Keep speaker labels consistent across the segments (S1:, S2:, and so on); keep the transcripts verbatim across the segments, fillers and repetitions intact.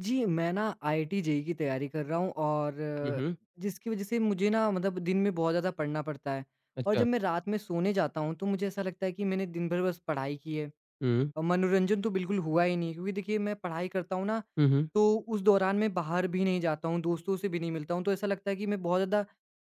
S1: जी, मैं ना IIT JEE की तैयारी कर रहा हूँ और
S2: हुँ, हुँ।
S1: जिसकी वज़ह से मुझे ना मतलब दिन में बहुत ज़्यादा पढ़ना पड़ता है। और जब
S2: अच्छा।
S1: मैं रात में सोने जाता हूँ, तो मुझे ऐसा लगता है कि मैंने दिन भर बस पढ़ाई की है
S2: हुँ,
S1: और मनोरंजन तो बिल्कुल हुआ ही नहीं, क्योंकि देखिए मैं पढ़ाई करता हूँ ना,
S2: हुँ, हुँ।
S1: तो उस दौरान मैं बाहर भी नहीं जाता हूँ, दोस्तों से भी नहीं मिलता हूँ, तो ऐसा लगता है कि मैं बहुत ज़्यादा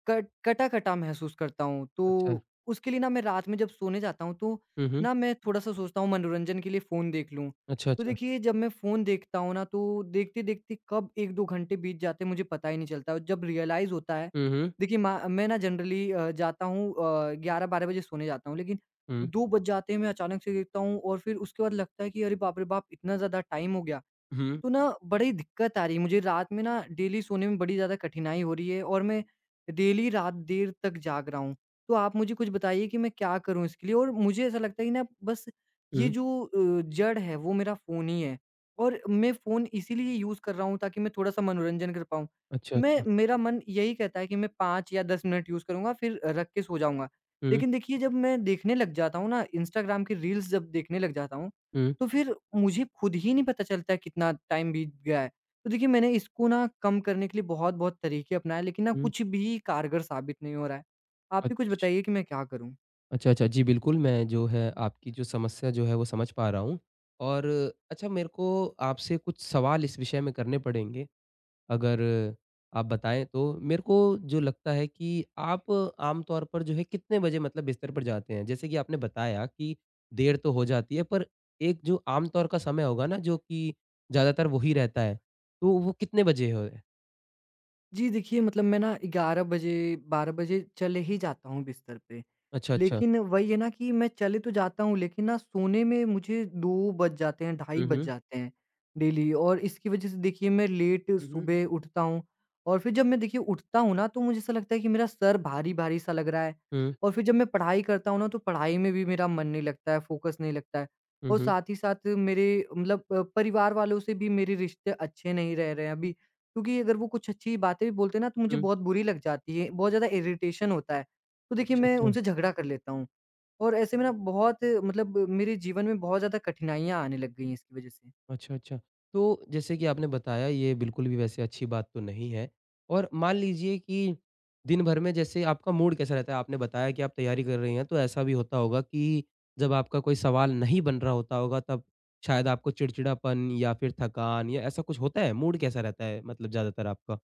S1: कट कटा-कटा महसूस करता हूँ।
S2: अच्छा।
S1: तो उसके लिए ना मैं रात में जब सोने जाता हूँ, तो
S2: हुँ, हुँ।
S1: ना मैं थोड़ा-सा सोचता हूँ मनोरंजन के लिए फ़ोन देख लूँ।
S2: अच्छा,
S1: तो
S2: अच्छा।
S1: देखिए जब मैं फ़ोन देखता हूँ ना, तो देखते-देखते कब एक दो घंटे बीत जाते हैं मुझे पता ही नहीं चलता। और जब रियलाइज़ होता है,
S2: हुँ, हुँ।
S1: देखिए मा मैं ना जनरली अ, जाता हूँ अ, ग्यारह बारह बजे सोने जाता हूँ, लेकिन
S2: हुँ,
S1: दो बज जाते हैं मैं अचानक से देखता हूँ और फिर उसके बाद लगता है कि अरे बाप रे बाप! इतना ज़्यादा टाइम हो गया।
S2: हुँ,
S1: तो ना बड़ी दिक्कत आ रही है मुझे, रात में ना डेली सोने में बड़ी ज़्यादा कठिनाई हो रही है और मैं डेली रात देर तक जाग रहा हूँ। तो आप मुझे कुछ बताइए कि मैं क्या करूँ इसके लिए? और मुझे ऐसा लगता है कि ना बस ये
S2: हुँ।
S1: जो अ, जड़ है वो मेरा फ़ोन ही है। और मैं फ़ोन इसीलिए यूज़ कर रहा हूँ ताकि मैं थोड़ा-सा मनोरंजन कर पाऊँ।
S2: अच्छा,
S1: मैं
S2: अच्छा।
S1: मेरा मन यही कहता है कि मैं पाँच या दस मिनट यूज़ करूँगा फिर रख के सो जाऊँगा।
S2: हुँ,
S1: लेकिन देखिए जब मैं देखने लग जाता हूँ ना इंस्टाग्राम की रील्स, जब देखने लग जाता हूँ,
S2: हुँ,
S1: तो फिर मुझे खुद ही नहीं पता चलता है कितना टाइम बीत गया है। तो देखिए मैंने इसको ना कम करने के लिए बहुत-बहुत तरीके अपनाए, लेकिन ना
S2: हुँ।
S1: कुछ भी कारगर साबित नहीं हो रहा है। आप ही कुछ
S2: अच्छ
S1: बताइए कि मैं क्या करूँ?
S2: अच्छा, अच्छा। जी, बिल्कुल, मैं जो है आपकी जो समस्या जो है वो समझ पा रहा हूँ और अच्छा मेरे को आपसे कुछ सवाल इस विषय में करने पड़ेंगे। अगर आप बताएँ तो? मेरे को जो लगता है कि आप आम तौर पर जो है कितने बजे मतलब बिस्तर पर जाते हैं? जैसे कि आपने बताया कि देर तो हो जाती है, पर एक जो आम तौर का समय होगा ना, जो कि ज़्यादातर वही रहता है, तो वो कितने बजे है?
S1: जी देखिए, मतलब मैं ना ग्यारह बजे, बारह बजे चले ही जाता हूँ बिस्तर पे।
S2: अच्छा, अच्छा।
S1: लेकिन वही है ना कि मैं चले तो जाता हूँ, लेकिन ना सोने में मुझे दो बज जाते हैं, ढाई
S2: हुँ,
S1: बज
S2: हुँ।
S1: जाते हैं डेली। और इसकी वज़ह से देखिए मैं लेट
S2: हुँ, हुँ।
S1: सुबह उठता हूँ और फिर जब मैं देखिए उठता हूँ ना, तो मुझे ऐसा लगता है कि मेरा सर भारी-भारी सा लग रहा है।
S2: हुँ,
S1: और फिर जब मैं पढ़ाई करता हूँ ना, तो पढ़ाई में भी मेरा मन नहीं लगता है, फ़ोकस नहीं लगता है।
S2: हुँ,
S1: और
S2: हुँ।
S1: साथ ही साथ मेरे मतलब अ, परिवार वालों से भी मेरे रिश्ते अच्छे नहीं रह रहे हैं अभी। क्योंकि अगर वो कुछ अच्छी बातें भी बोलते हैं ना, तो मुझे
S2: हुँ,
S1: बहुत बुरी लग जाती है, बहुत ज़्यादा इरिटेशन होता है। तो देखिए
S2: अच्छा,
S1: मैं
S2: अच्छा।
S1: उनसे झगड़ा कर लेता हूँ। और ऐसे में ना बहुत मतलब मेरे जीवन में बहुत ज़्यादा कठिनाइयाँ आने लग गई हैं इसकी वज़ह से।
S2: अच्छा, अच्छा। तो जैसे कि आपने बताया, ये बिल्कुल भी वैसे अच्छी बात तो नहीं है और मान लीजिए कि दिन भर में जैसे आपका मूड कैसा रहता है? आपने बताया कि आप तैयारी कर रही हैं, तो ऐसा भी होता होगा कि जब आपका कोई सवाल नहीं बन रहा होता होगा तब शायद आपको चिड़चिड़ापन या फिर थकान या ऐसा कुछ होता है? मूड कैसा रहता है मतलब ज़्यादातर आपका?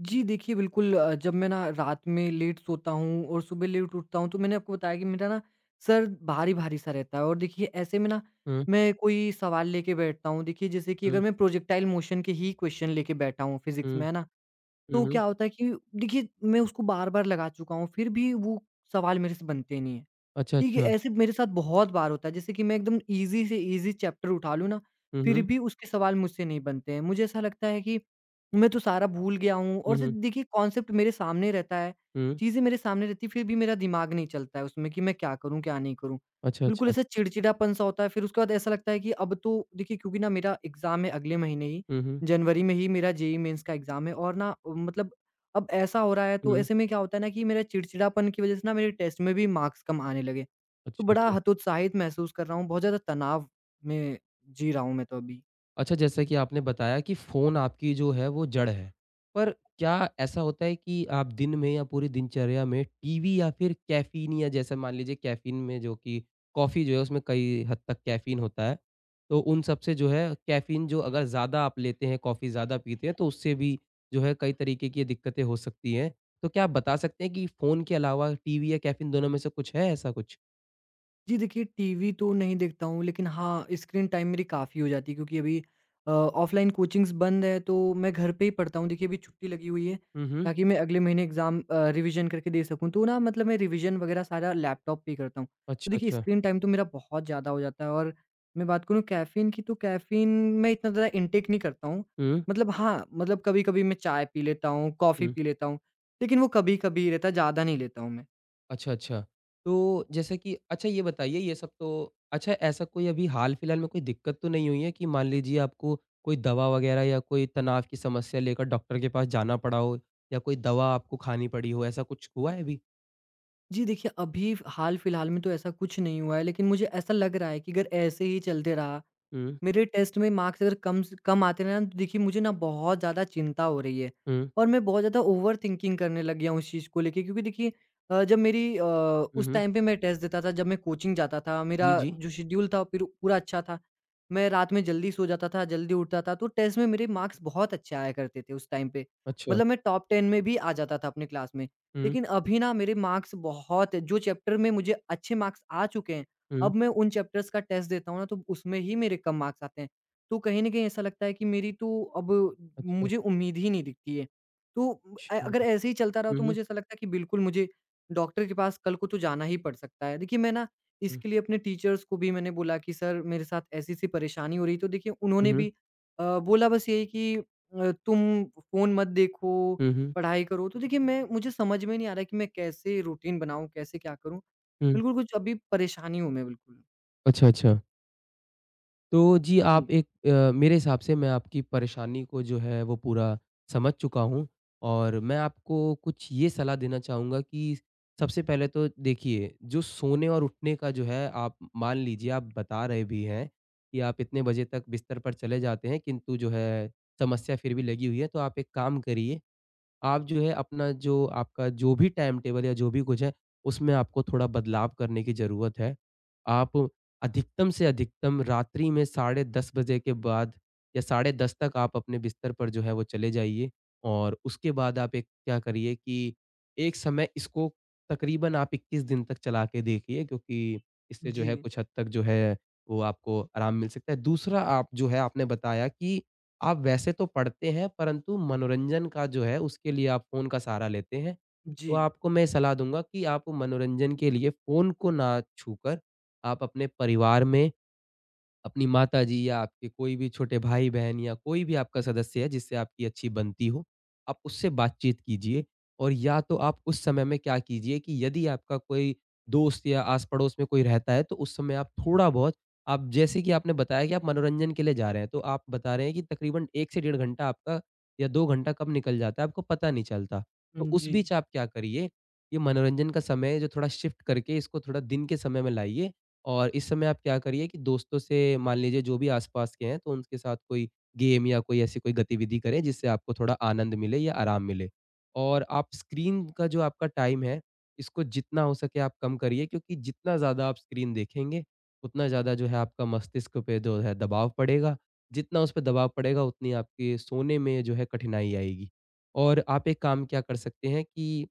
S1: जी, देखिए बिल्कुल। अ, जब मैं ना रात में लेट सोता हूँ और सुबह लेट उठता हूँ, तो मैंने आपको बताया कि मेरा ना सर भारी-भारी सा रहता है। और देखिए ऐसे में ना
S2: हुँ,
S1: मैं कोई सवाल लेके बैठता हूँ। देखिए जैसे कि अगर
S2: हुँ,
S1: मैं प्रोजेक्टाइल मोशन के ही क्वेश्चन लेके बैठा हूँ फिज़िक्स
S2: हुँ,
S1: में, है ना?
S2: हुँ,
S1: तो
S2: हुँ।
S1: क्या होता है कि देखिए मैं उसको बार-बार लगा चुका हूँ, फिर भी वो सवाल मेरे से बनते नहीं है।
S2: अच्छा,
S1: ठीक है,
S2: अच्छा।
S1: ऐसे मेरे साथ बहुत बार होता है, जैसे कि मैं एकदम ईज़ी से ईज़ी चैप्टर उठा लूँ ना,
S2: हुँ,
S1: फिर
S2: हुँ।
S1: भी उसके सवाल मुझसे नहीं बनते हैं। मुझे ऐसा लगता है कि मैं तो सारा भूल गया हूँ।
S2: हुँ,
S1: और से
S2: हुँ,
S1: देखिए कॉन्सेप्ट मेरे सामने रहता है,
S2: हुँ।
S1: चीज़ें मेरे सामने रहती हैं, फिर भी मेरा दिमाग नहीं चलता है उसमें कि मैं क्या करूँ, क्या नहीं करूँ।
S2: अच्छा,
S1: बिल्कुल
S2: अच्छा।
S1: ऐसा चिड़चिड़ापन-सा होता है, फिर उसके बाद ऐसा लगता है कि अब तो देखिए क्योंकि ना मेरा एग्ज़ाम है अगले महीने ही,
S2: हुँ, हुँ,
S1: जनवरी में ही मेरा जेईई मेन्स का एग्ज़ाम है। और ना मतलब अब ऐसा हो रहा है, तो
S2: हुँ।
S1: ऐसे में क्या होता है ना कि मेरा चिड़चिड़ापन की वज़ह से ना मेरे टेस्ट में भी मार्क्स कम आने लगे। तो
S2: अच्छा,
S1: बड़ा
S2: अच्छा।
S1: हतोत्साहित महसूस कर रहा हूँ, बहुत ज़्यादा तनाव में जी रहा हूँ मैं तो अभी।
S2: अच्छा, जैसा कि आपने बताया कि फ़ोन आपकी जो है वो जड़ है। पर क्या ऐसा होता है कि आप दिन में या पूरी दिनचर्या में टीवी या फिर कैफ़ीन, या जैसे मान लीजिए कैफ़ीन में, जो कि कॉफ़ी जो है उसमें कई हद तक कैफ़ीन होता है। तो उन सब से जो है कैफ़ीन जो अगर ज़्यादा आप लेते हैं, कॉफ़ी ज़्यादा पीते हैं, तो उससे भी जो है कई तरीके की दिक्कतें हो सकती हैं। तो क्या आप बता सकते हैं कि फ़ोन के अलावा टीवी या कैफ़ीन दोनों में से कुछ है, ऐसा कुछ?
S1: जी देखिए, टीवी तो नहीं देखता हूँ, लेकिन हाँ, स्क्रीन टाइम मेरी काफ़ी हो जाती है, क्योंकि अभी अ, ऑफ़लाइन कोचिंग्स बंद है तो मैं घर पे ही पढ़ता हूँ। देखिए, अभी छुट्टी लगी हुई है
S2: हुँ, हुँ।
S1: ताकि मैं अगले महीने एग्ज़ाम अ, रिविज़न करके दे सकूँ। तो ना मतलब मैं रिविज़न वग़ैरह सारा लैपटॉप पे ही करता हूँ। तो
S2: अच्छा,
S1: देखिए,
S2: अच्छा।
S1: स्क्रीन टाइम तो मेरा बहुत ज़्यादा हो जाता है। और मैं बात करूँ कैफ़ीन की, तो कैफ़ीन मैं इतना ज़्यादा इनटेक नहीं करता हूँ।
S2: हुँ,
S1: मतलब हाँ, मतलब कभी-कभी मैं चाय पी लेता हूँ, कॉफ़ी
S2: हुँ।
S1: पी लेता हूँ, लेकिन वो कभी-कभी रहता है, ज़्यादा नहीं लेता हूँ मैं।
S2: अच्छा, अच्छा। तो जैसे कि अच्छा, ये बताइए, ये सब तो अच्छा, ऐसा कोई अभी हाल-फिलहाल में कोई दिक्कत तो नहीं हुई है कि मान लीजिए आपको कोई दवा वग़ैरह या कोई तनाव की समस्या लेकर डॉक्टर के पास जाना पड़ा हो या कोई दवा आपको खानी पड़ी हो, ऐसा कुछ हुआ है अभी?
S1: जी, देखिए, अभी फ़ हाल-फिलहाल में तो ऐसा कुछ नहीं हुआ है, लेकिन मुझे ऐसा लग रहा है कि अगर ऐसे ही चलते रहा,
S2: हुँ,
S1: मेरे टेस्ट में मार्क्स अगर कम से कम आते रहे ना, तो देखिए मुझे ना बहुत ज़्यादा चिंता हो रही है।
S2: हुँ,
S1: और मैं बहुत ज़्यादा ओवर थिंकिंग करने लग गया हूँ उस चीज़ को लेके, क्योंकि देखिए अ, जब मेरी अ,
S2: हुँ,
S1: उस
S2: हुँ।
S1: टाइम पे मैं टेस्ट देता था, जब मैं कोचिंग जाता था, मेरा
S2: जी, जी।
S1: जो शेड्यूल था फिर पूरा अच्छा था, मैं रात में जल्दी सो जाता था, जल्दी उठता था, तो टेस्ट में मेरे मार्क्स बहुत अच्छे आया करते थे उस टाइम पे।
S2: अच्छा।
S1: मतलब मैं टॉप टेन में भी आ जाता था अपने क्लास में।
S2: हुँ,
S1: लेकिन अभी ना मेरे मार्क्स बहुत, जो चैप्टर में मुझे अच्छे मार्क्स आ चुके हैं,
S2: हुँ।
S1: अब मैं उन चैप्टर्स का टेस्ट देता हूँ ना, तो उसमें ही मेरे कम मार्क्स आते हैं। तो कहीं न कहीं ऐसा लगता है कि मेरी तो अब
S2: अच्छा,
S1: मुझे उम्मीद ही नहीं दिखती है। तो अ,
S2: अच्छा।
S1: अगर ऐसे ही चलता रहा,
S2: हुँ,
S1: तो
S2: हुँ,
S1: मुझे ऐसा लगता है कि बिल्कुल मुझे डॉक्टर के पास कल को तो जाना ही पड़ सकता है। देखिए मैं ना
S2: हुँ,
S1: इसके लिए अपने टीचर्स को भी मैंने बोला कि सर मेरे साथ ऐसी-ऐसी परेशानी हो रही है। तो देखिए उन्होंने
S2: हुँ,
S1: भी अ, बोला बस यही कि अ, तुम फ़ोन मत देखो,
S2: हुँ, हुँ,
S1: पढ़ाई करो। तो देखिए मैं मुझे समझ में नहीं आ रहा है कि मैं कैसे रूटीन बनाऊँ, कैसे क्या करूँ?
S2: हुँ।
S1: बिल्कुल, कुछ अभी परेशानी हूँ मैं बिल्कुल।
S2: अच्छा, अच्छा। तो जी,
S1: जी।
S2: आप एक अ, मेरे हिसाब से मैं आपकी परेशानी को जो है वो पूरा समझ चुका हूँ और मैं आपको कुछ ये सलाह देना चाहूँगा कि सबसे पहले तो देखिए, जो सोने और उठने का जो है, आप मान लीजिए आप बता रहे भी हैं कि आप इतने बजे तक बिस्तर पर चले जाते हैं, किंतु जो है समस्या फिर भी लगी हुई है। तो आप एक काम करिए, आप जो है अपना जो आपका जो भी टाइम टेबल या जो भी कुछ है, उसमें आपको थोड़ा बदलाव करने की ज़रूरत है। आप अधिकतम से अधिकतम रात्रि में साढ़े दस बजे के बाद या साढ़े दस तक आप अपने बिस्तर पर जो है वो चले जाइए और उसके बाद आप एक क्या करिए कि एक समय इसको तकरीबन आप इक्कीस दिन तक चला के देखिए, क्योंकि इससे जो
S1: जी,
S2: है कुछ हद तक जो है वो आपको आराम मिल सकता है। दूसरा, आप जो है आपने बताया कि आप वैसे तो पढ़ते हैं, परंतु मनोरंजन का जो है उसके लिए आप फ़ोन का सहारा लेते हैं। तो
S1: जी,
S2: आपको मैं सलाह दूँगा कि आप मनोरंजन के लिए फ़ोन को ना छूकर आप अपने परिवार में अपनी माताजी या आपके कोई भी छोटे भाई-बहन या कोई भी आपका सदस्य है जिससे आपकी अच्छी बनती हो, आप उससे बातचीत कीजिए। और या तो आप उस समय में क्या कीजिए कि यदि आपका कोई दोस्त या आस-पड़ोस में कोई रहता है, तो उस समय आप थोड़ा-बहुत, आप जैसे कि आपने बताया कि आप मनोरंजन के लिए जा रहे हैं, तो आप बता रहे हैं कि तकरीबन एक से डेढ़ घंटा आपका या दो घंटा कब निकल जाता है, आपको पता नहीं चलता। तो उस
S1: जी,
S2: बीच आप क्या करिए, ये मनोरंजन का समय जो, थोड़ा शिफ्ट करके इसको थोड़ा दिन के समय में लाइए और इस समय आप क्या करिए कि दोस्तों से, मान लीजिए, जो भी आस-पास के हैं, तो उनके साथ कोई गेम या कोई ऐसी कोई गतिविधि करें, जिससे आपको थोड़ा आनंद मिले या आराम मिले। और आप स्क्रीन का जो आपका टाइम है, इसको जितना हो सके आप कम करिए, क्योंकि जितना ज़्यादा आप स्क्रीन देखेंगे, उतना ज़्यादा जो है आपका मस्तिष्क पे जो है दबाव पड़ेगा। जितना उस पे दबाव पड़ेगा, उतनी आपके सोने में जो है कठिनाई आएगी। और आप एक काम क्या कर सकते हैं कि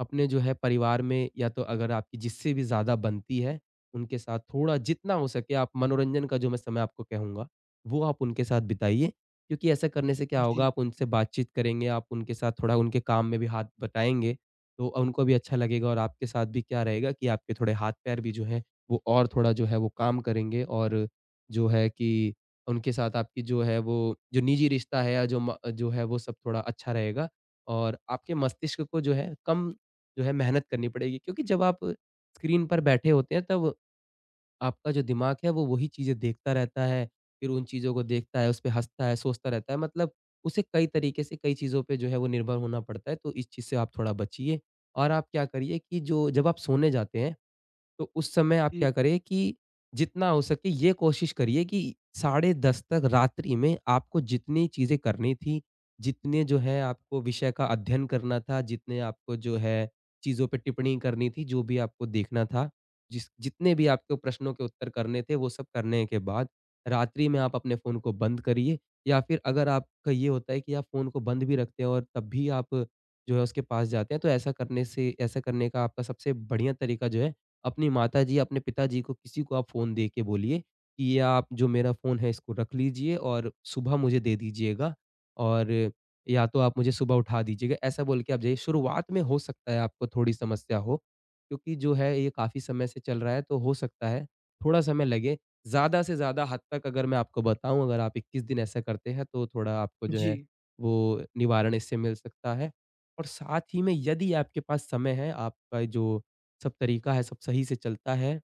S2: अपने जो है परिवार में, या तो अगर आपकी जिससे भी ज़्यादा बनती है, उनके साथ थोड़ा जितना हो सके आप मनोरंजन का जो मैं समय आपको कहूँगा, वो आप उनके साथ बिताइए। क्योंकि ऐसा करने से क्या होगा,
S1: जी,
S2: आप उनसे बातचीत करेंगे, आप उनके साथ थोड़ा उनके काम में भी हाथ बटाएँगे, तो उनको भी अच्छा लगेगा और आपके साथ भी क्या रहेगा कि आपके थोड़े हाथ-पैर भी जो हैं, वो और थोड़ा जो है वो काम करेंगे और जो है कि उनके साथ आपकी जो है वो जो निजी रिश्ता है या जो म जो है वो सब थोड़ा अच्छा रहेगा और आपके मस्तिष्क को जो है कम जो है मेहनत करनी पड़ेगी। क्योंकि जब आप स्क्रीन पर बैठे होते हैं तब आपका जो दिमाग है वो वही चीज़ें देखता रहता है, फिर उन चीज़ों को देखता है, उसपे हँसता है, सोचता रहता है, मतलब उसे कई तरीके से कई चीज़ों पे जो है वो निर्भर होना पड़ता है, तो इस चीज़ से आप थोड़ा बचिए। और आप क्या करिए कि जो जब आप सोने जाते हैं, तो उस समय आप
S1: जी,
S2: क्या करें कि जितना हो सके ये कोशिश करिए कि साढ़े दस तक रात्रि में आपको जितनी चीज़ें करनी थी, जितने जो है आपको विषय का अध्ययन करना था, जितने आपको जो है चीज़ों पे टिप्पणी करनी थी, जो भी आपको देखना था, जिस जितने भी आपको प्रश्नों के उत्तर करने थे, वो सब करने के बाद रात्रि में आप अपने फ़ोन को बंद करिए, या फिर अगर आपका ये होता है कि आप फ़ोन को बंद भी रखते हैं और तब भी आप जो है उसके पास जाते हैं, तो ऐसा करने से, ऐसा करने का आपका सबसे बढ़िया तरीका जो है, अपनी माताजी, अपने पिताजी को, किसी को आप फ़ोन दे के बोलिए कि ये आप, जो मेरा फ़ोन है इसको रख लीजिए और सुबह मुझे दे दीजिएगा और या तो आप मुझे सुबह उठा दीजिएगा, ऐसा बोल के आप जाइए। शुरुआत में हो सकता है आपको थोड़ी समस्या हो, क्योंकि जो है ये काफ़ी समय से चल रहा है, तो हो सकता है थोड़ा समय लगे। ज़्यादा से ज़्यादा हद तक अगर मैं आपको बताऊँ, अगर आप इक्कीस दिन ऐसा करते हैं, तो थोड़ा आपको जो है
S1: जी,
S2: वो निवारण इससे मिल सकता है। और साथ ही में, यदि आपके पास समय है, आपका जो सब तरीका है, सब सही से चलता है,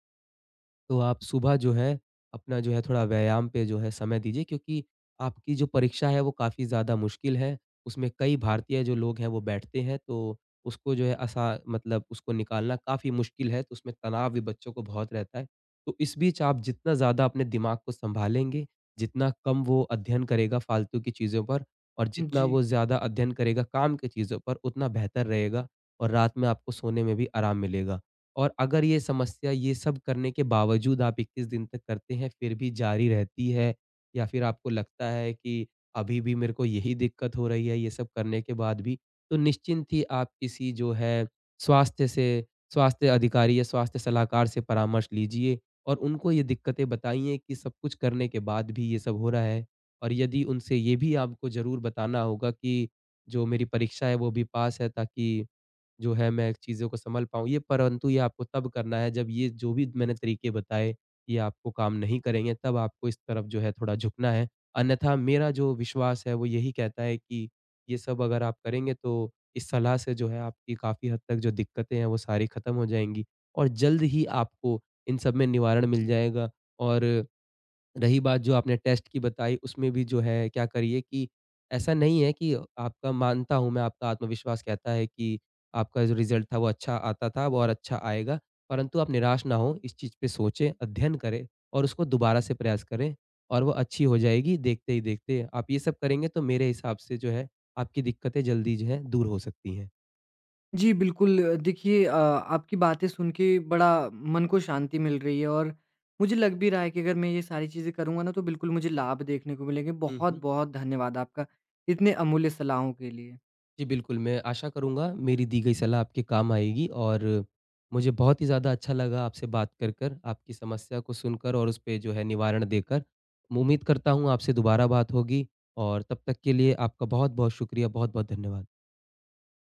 S2: तो आप सुबह जो है, अपना जो है थोड़ा व्यायाम पे जो है समय दीजिए, क्योंकि आपकी जो परीक्षा है वो काफ़ी ज़्यादा मुश्किल है। उसमें कई भारतीय जो लोग हैं वो बैठते हैं, तो उसको जो है असा मतलब उसको निकालना काफ़ी मुश्किल है, तो उसमें तनाव भी बच्चों को बहुत रहता है। तो इस बीच आप जितना ज़्यादा अपने दिमाग को सँभालेंगे, जितना कम वो अध्ययन करेगा फालतू की चीज़ों पर और जितना
S1: जी।
S2: वो ज़्यादा अध्ययन करेगा काम की चीज़ों पर, उतना बेहतर रहेगा और रात में आपको सोने में भी आराम मिलेगा। और अगर ये समस्या ये सब करने के बावजूद आप इक्कीस दिन तक करते हैं, फिर भी जारी रहती है, या फिर आपको लगता है कि अभी भी मेरे को यही दिक्कत हो रही है, ये सब करने के बाद भी, तो निश्चिंत ही आप किसी जो है स्वास्थ्य से स्वास्थ्य अधिकारी या स्वास्थ्य सलाहकार से परामर्श लीजिए और उनको ये दिक्कतें बताइए कि सब कुछ करने के बाद भी ये सब हो रहा है। और यदि, उनसे ये भी आपको ज़रूर बताना होगा कि जो मेरी परीक्षा है वो भी पास है, ताकि जो है मैं चीज़ों को सँभल पाऊँ ये, परंतु ये आपको तब करना है जब ये जो भी मैंने तरीके बताए, ये आपको काम नहीं करेंगे, तब आपको इस तरफ जो है थोड़ा झुकना है। अन्यथा मेरा जो विश्वास है वो यही कहता है कि ये सब अगर आप करेंगे तो इस सलाह से जो है आपकी काफ़ी हद तक जो दिक्कतें हैं वो सारी ख़त्म हो जाएँगी और जल्द ही आपको इन सब में निवारण मिल जाएगा। और रही बात जो आपने टेस्ट की बताई, उसमें भी जो है क्या करिए कि ऐसा नहीं है कि आपका, मानता हूँ मैं आपका आत्मविश्वास कहता है कि आपका जो रिज़ल्ट था वो अच्छा आता था, वो और अच्छा आएगा। परंतु आप निराश ना हों, इस चीज़ पे सोचें, अध्ययन करें और उसको दोबारा से प्रयास करें और वो अच्छी हो जाएगी देखते ही देखते। आप ये सब करेंगे तो मेरे हिसाब से जो है आपकी दिक्कतें जल्दी जो है दूर हो सकती हैं।
S1: जी, बिल्कुल। अ, देखिए अ, आपकी बातें सुन के बड़ा मन को शांति मिल रही है। और मुझे लग भी रहा है कि अगर मैं ये सारी चीज़ें करूँगा ना, तो बिल्कुल मुझे लाभ देखने को मिलेंगे।
S2: हुँ, हुँ।
S1: बहुत-बहुत धन्यवाद आपका इतने अमूल्य सलाहों के लिए।
S2: जी, बिल्कुल, मैं आशा करूँगा मेरी दी गई सलाह आपके काम आएगी और मुझे बहुत ही ज़्यादा अच्छा लगा आपसे बात कर कर, आपकी समस्या को सुनकर और उस पे जो है निवारण देकर। उम्मीद करता हूँ आपसे दोबारा बात होगी और तब तक के लिए आपका बहुत-बहुत शुक्रिया, बहुत-बहुत धन्यवाद।